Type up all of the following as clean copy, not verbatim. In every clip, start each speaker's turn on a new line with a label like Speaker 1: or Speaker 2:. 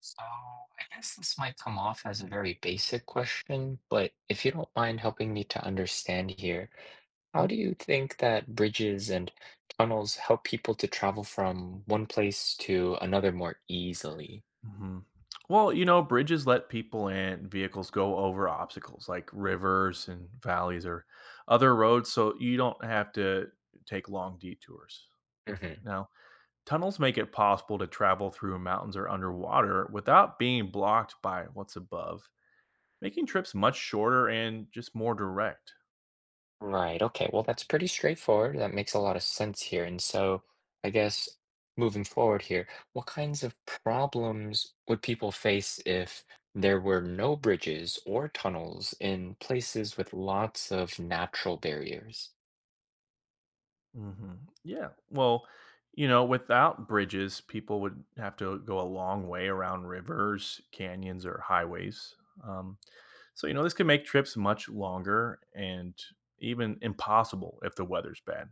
Speaker 1: So I guess this might come off as a very basic question, but if you don't mind helping me to understand here, how
Speaker 2: Hmm?
Speaker 1: do you think that bridges and tunnels help people to travel from one place to another more easily?
Speaker 2: Mm-hmm. Well, you know, bridges let people and vehicles go over obstacles like rivers and valleys or other roads, so you don't have to take long detours.
Speaker 1: Mm-hmm.
Speaker 2: Now, tunnels make it possible to travel through mountains or underwater without being blocked by what's above, making trips much shorter and just more direct.
Speaker 1: Right. Okay. Well, that's pretty straightforward. That makes a lot of sense here. And so I guess moving forward here, what kinds of problems would people face if there were no bridges or tunnels in places with lots of natural barriers?
Speaker 2: hmm Yeah. Well, you know, without bridges, people would have to go a long way around rivers, canyons, or highways. Um, so, you know, this can make trips much longer and even impossible if the weather's bad.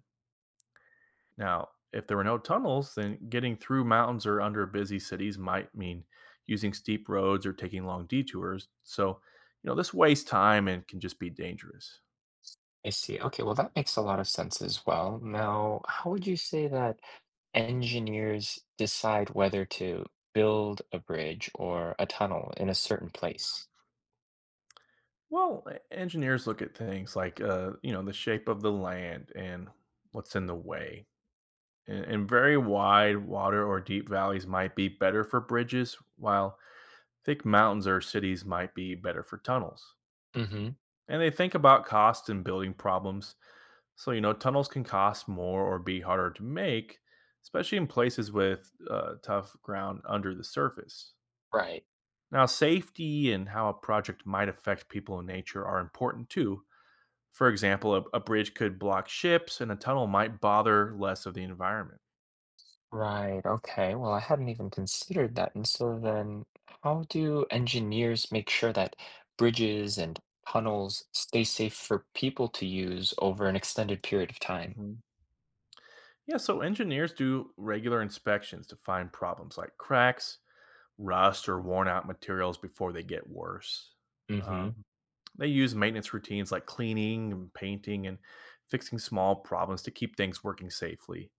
Speaker 2: Now, if there were no tunnels, then getting through mountains or under busy cities might mean using steep roads or taking long detours. So, you know, this wastes time and can just be dangerous.
Speaker 1: I see. Okay. Well, that makes a lot of sense as well. Now, how would you say that engineers decide whether to build a bridge or a tunnel in a certain place?
Speaker 2: Well, engineers look at things like you know, the shape of the land and what's in the way. And very wide water or deep valleys might be better for bridges, while thick mountains or cities might be better for tunnels.
Speaker 1: Mm-hmm.
Speaker 2: And they think about cost and building problems. So, you know, tunnels can cost more or be harder to make, especially in places with tough ground under the surface.
Speaker 1: Right.
Speaker 2: Now, safety and how a project might affect people and nature are important too. For example, a bridge could block ships and a tunnel might bother less of the environment.
Speaker 1: Right. Okay. Well, I hadn't even considered that. And so then, how do engineers make sure that bridges and tunnels stay safe for people to use over an extended period of time?
Speaker 2: hmm Yeah, so engineers do regular inspections to find problems like cracks, rust, or worn out materials before they get worse.
Speaker 1: Mm-hmm.
Speaker 2: Um, they use maintenance routines like cleaning and painting and fixing small problems to keep things working safely.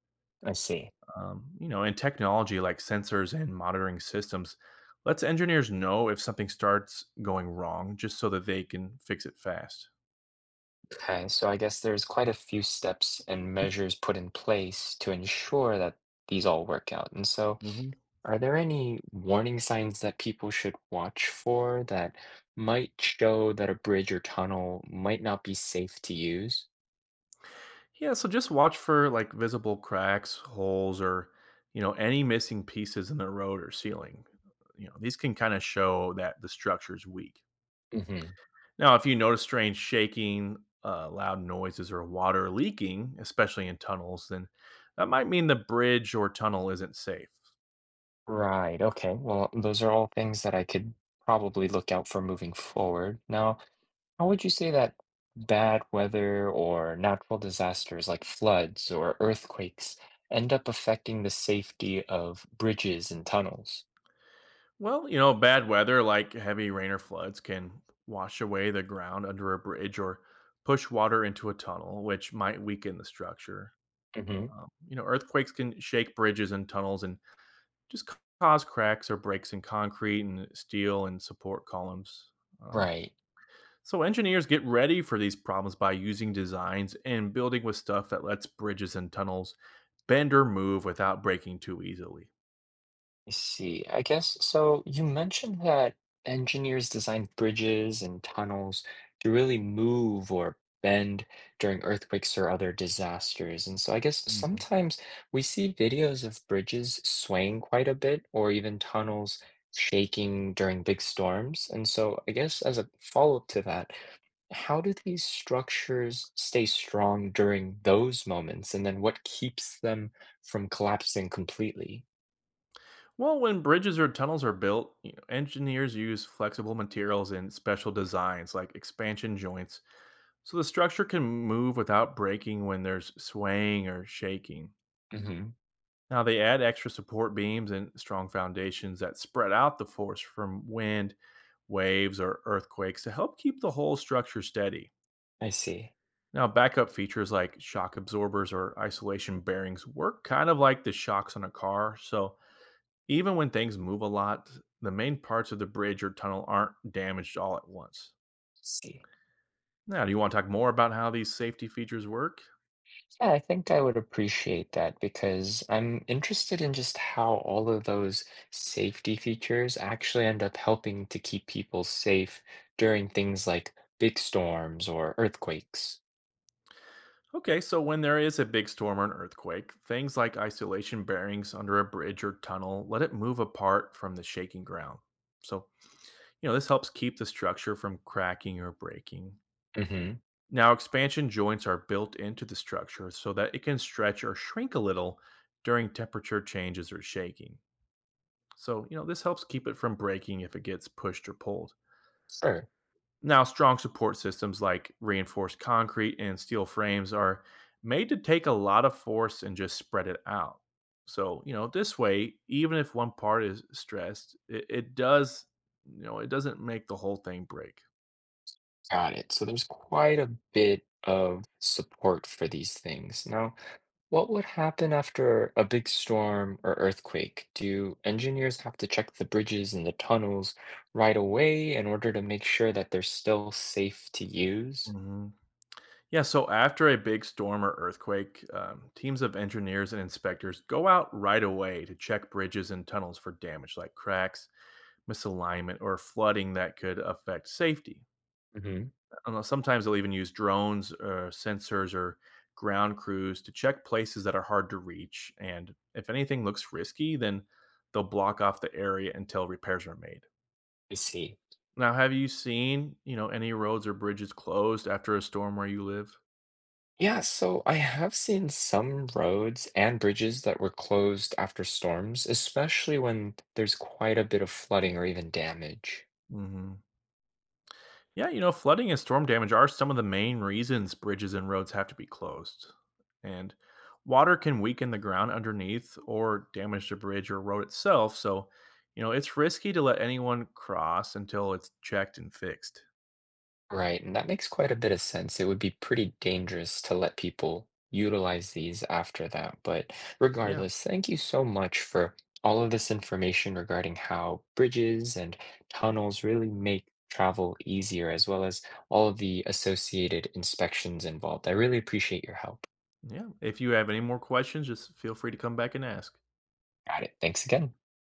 Speaker 1: I see.
Speaker 2: You know, and technology like sensors and monitoring systems lets engineers know if something starts going wrong just so that they can fix it fast.
Speaker 1: Okay. So I guess there's quite a few steps and measures put in place to ensure that these all work out. And so,
Speaker 2: Mm-hmm.
Speaker 1: are there any warning signs that people should watch for that might show that a bridge or tunnel might not be safe to use?
Speaker 2: Yeah, so just watch for like visible cracks, holes, or you know, any missing pieces in the road or ceiling. You know, these can kind of show that the structure is weak.
Speaker 1: Mm-hmm.
Speaker 2: Now, if you notice strange shaking, loud noises, or water leaking, especially in tunnels, then that might mean the bridge or tunnel isn't safe.
Speaker 1: Right. Okay. Well, those are all things that I could probably look out for moving forward. Now, how would you say that bad weather or natural disasters like floods or earthquakes end up affecting the safety of bridges and tunnels?
Speaker 2: Well, you know, bad weather like heavy rain or floods can wash away the ground under a bridge or push water into a tunnel, which might weaken the structure.
Speaker 1: Hmm.
Speaker 2: You know, earthquakes can shake bridges and tunnels and just cause cracks or breaks in concrete and steel and support columns. Um,
Speaker 1: Right.
Speaker 2: so, engineers get ready for these problems by using designs and building with stuff that lets bridges and tunnels bend or move without breaking too easily.
Speaker 1: I see. I guess so. You mentioned that engineers design bridges and tunnels to really move or bend during earthquakes or other disasters. And so I guess
Speaker 2: Mhm.
Speaker 1: sometimes we see videos of bridges swaying quite a bit or even tunnels shaking during big storms. And so I guess as a follow-up to that, how do these structures stay strong during those moments? And then what keeps them from collapsing completely?
Speaker 2: Well, when bridges or tunnels are built, you know, engineers use flexible materials and special designs like expansion joints so the structure can move without breaking when there's swaying or shaking.
Speaker 1: Hmm.
Speaker 2: Now, they add extra support beams and strong foundations that spread out the force from wind, waves, or earthquakes to help keep the whole structure steady.
Speaker 1: I see.
Speaker 2: Now, backup features like shock absorbers or isolation bearings work kind of like the shocks on a car. So, even when things move a lot, the main parts of the bridge or tunnel aren't damaged all at once.
Speaker 1: See.
Speaker 2: Now, do you want to talk more about how these safety features work?
Speaker 1: Yeah, I think I would appreciate that because I'm interested in just how all of those safety features actually end up helping to keep people safe during things like big storms or earthquakes.
Speaker 2: Okay, so when there is a big storm or an earthquake, things like isolation bearings under a bridge or tunnel let it move apart from the shaking ground. So, you know, this helps keep the structure from cracking or breaking.
Speaker 1: Mm-hmm.
Speaker 2: Now, expansion joints are built into the structure so that it can stretch or shrink a little during temperature changes or shaking. So, you know, this helps keep it from breaking if it gets pushed or pulled.
Speaker 1: Sure.
Speaker 2: Now, strong support systems like reinforced concrete and steel frames are made to take a lot of force and just spread it out. So, you know, this way, even if one part is stressed, it does, you know, it doesn't make the whole thing break.
Speaker 1: Got it. So there's quite a bit of support for these things. Now, what would happen after a big storm or earthquake? Do engineers have to check the bridges and the tunnels right away in order to make sure that they're still safe to use?
Speaker 2: Mhm. Yeah, so after a big storm or earthquake, teams of engineers and inspectors go out right away to check bridges and tunnels for damage like cracks, misalignment, or flooding that could affect safety.
Speaker 1: Hmm.
Speaker 2: Sometimes they'll even use drones or sensors or ground crews to check places that are hard to reach. And if anything looks risky, then they'll block off the area until repairs are made.
Speaker 1: I see.
Speaker 2: Now, have you seen, you know, any roads or bridges closed after a storm where you live?
Speaker 1: Yeah, so I have seen some roads and bridges that were closed after storms, especially when there's quite a bit of flooding or even damage.
Speaker 2: hmm Yeah, you know, flooding and storm damage are some of the main reasons bridges and roads have to be closed. And water can weaken the ground underneath or damage the bridge or road itself. So, you know, it's risky to let anyone cross until it's checked and fixed.
Speaker 1: Right, and that makes quite a bit of sense. It would be pretty dangerous to let people utilize these after that. But
Speaker 2: Yeah.
Speaker 1: regardless, thank you so much for all of this information regarding how bridges and tunnels really make travel easier, as well as all of the associated inspections involved. I really appreciate your help.
Speaker 2: Yeah. If you have any more questions, just feel free to come back and ask.
Speaker 1: Got it. Thanks again.